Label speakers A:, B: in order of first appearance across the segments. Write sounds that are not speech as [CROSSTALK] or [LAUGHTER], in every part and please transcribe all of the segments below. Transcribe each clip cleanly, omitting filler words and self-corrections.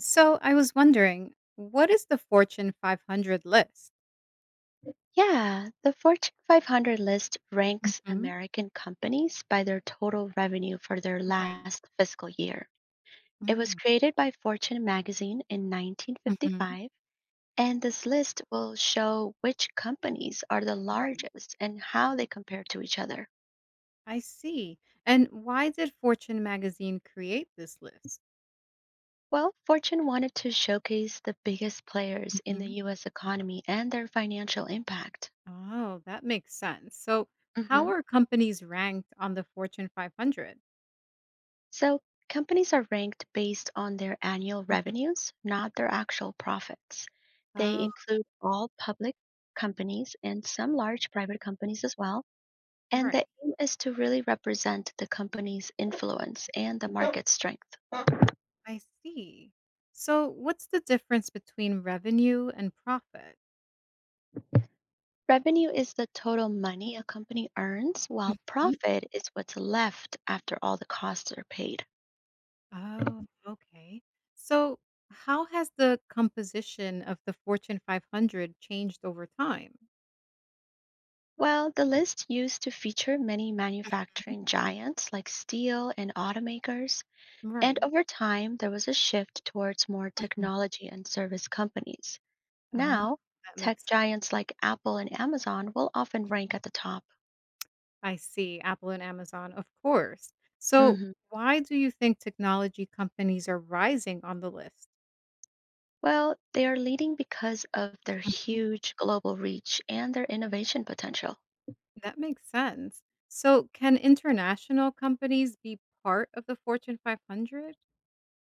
A: So I was wondering, what is the Fortune 500 list?
B: Yeah, the Fortune 500 list ranks
A: Hmm.
B: American companies by their total revenue for their
A: Right.
B: last fiscal year. It was
A: Mm.
B: created by Fortune magazine in
A: Hmm.
B: 1955, and this list will show which companies are the
A: Right.
B: largest and how they compare to each other.
A: I see. And why did Fortune magazine create this list?
B: Well, Fortune wanted to showcase the biggest players in the
A: Hmm.
B: US economy and their financial impact.
A: Oh, that makes sense. So, how
B: Mhm.
A: are companies ranked on the Fortune 500?
B: So, companies are ranked based on their annual revenues, not their actual profits. They
A: Oh,
B: include all public companies and some large private companies as well. And
A: right.
B: the aim is to really represent the company's influence and the market strength.
A: I see. So, what's the difference between revenue and profit?
B: Revenue is the total money a company earns, while profit is what's left after all the costs are paid.
A: Oh, okay. So, how has the composition of the Fortune 500 changed over time?
B: Well, the list used to feature many
A: Mhm.
B: manufacturing giants like steel and automakers. And
A: Right.
B: over time, there was a shift towards more
A: Mm.
B: technology and service companies.
A: Oh,
B: Now,
A: that
B: tech
A: makes sense.
B: giants like Apple and Amazon will often rank at the top.
A: I see. Apple and Amazon, of course. So,
B: hmm
A: why do you think technology companies are rising on the list?
B: Well, they are leading because of their huge global reach and their innovation potential.
A: That makes sense. So, can international companies be part of the Fortune 500?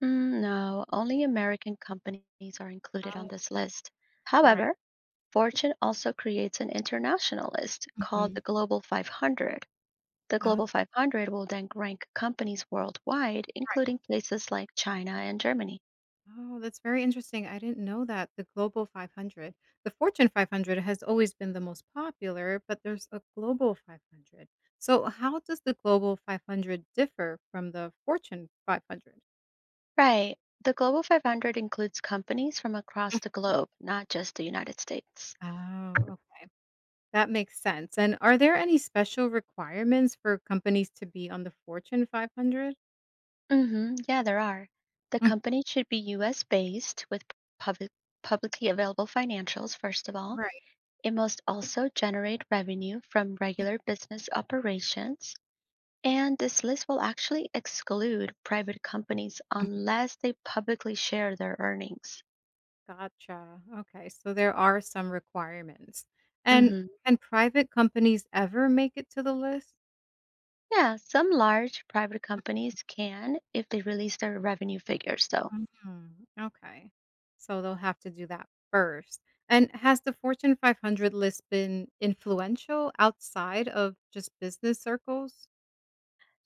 B: Mm, no, only American companies are included on
A: Oh,
B: this list.
A: right.
B: However, Fortune also creates an international list called
A: Mhm.
B: the Global 500. The
A: Uh,
B: Global 500 will then rank companies worldwide,
A: right.
B: including places like China and Germany.
A: Oh, that's very interesting. I didn't know that the Global 500. The Fortune 500 has always been the most popular, but there's a Global 500. So, how does the Global 500 differ from the Fortune 500?
B: Right. The Global 500 includes companies from across the
A: [LAUGHS]
B: globe, not just the United States.
A: Oh, okay. That makes sense. And are there any special requirements for companies to be on the Fortune 500?
B: Yeah, there are. The company should be US based with public, publicly available financials, first of all.
A: Right.
B: It must also generate revenue from regular business operations. And this list will actually exclude private companies
A: [LAUGHS]
B: unless they publicly share their earnings.
A: Gotcha. Okay. So there are some requirements. And
B: hmm
A: can private companies ever make it to the list?
B: Yeah, some large private companies can if they release their revenue figures, though.
A: Mhm. Okay. So they'll have to do that first. And has the Fortune 500 list been influential outside of just business circles?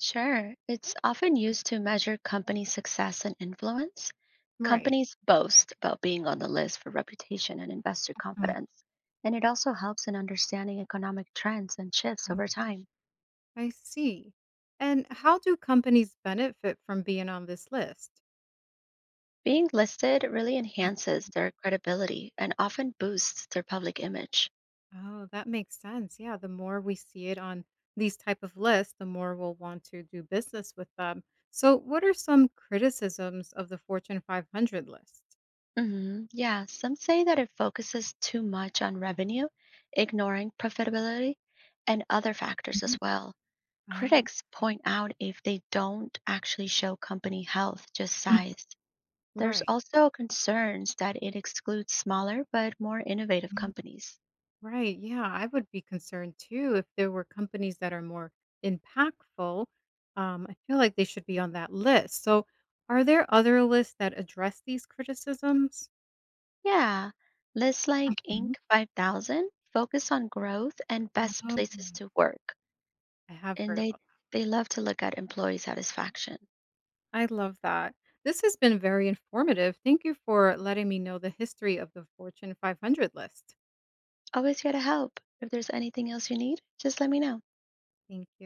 B: Sure, it's often used to measure company success and influence.
A: Right.
B: Companies boast about being on the list for reputation and investor confidence, and it also helps in understanding economic trends and shifts
A: Mhm.
B: over time.
A: I see. And how do companies benefit from being on this list?
B: Being listed really enhances their credibility and often boosts their public image.
A: Oh, that makes sense. Yeah, the more we see it on these type of lists, the more we'll want to do business with them. So, what are some criticisms of the Fortune 500 list?
B: Yeah, some say that it focuses too much on revenue, ignoring profitability and other factors as
A: Mhm.
B: well.
A: Oh,
B: Critics
A: okay.
B: point out if they don't actually show company health, just size.
A: [CLEARS THROAT]
B: There's
A: Right.
B: also concerns that it excludes smaller but more innovative
A: Mm.
B: companies.
A: Right. Yeah. I would be concerned too if there were companies that are more impactful. I feel like they should be on that list. So, are there other lists that address these criticisms?
B: Yeah, lists like
A: Mhm.
B: Inc. 5,000 focus on growth and best
A: Oh,
B: places to work,
A: I have
B: and
A: heard
B: they
A: about that.
B: they love to look at employee satisfaction.
A: I love that. This has been very informative. Thank you for letting me know the history of the Fortune 500 list.
B: Always here to help. If there's anything else you need, just let me know.
A: Thank you.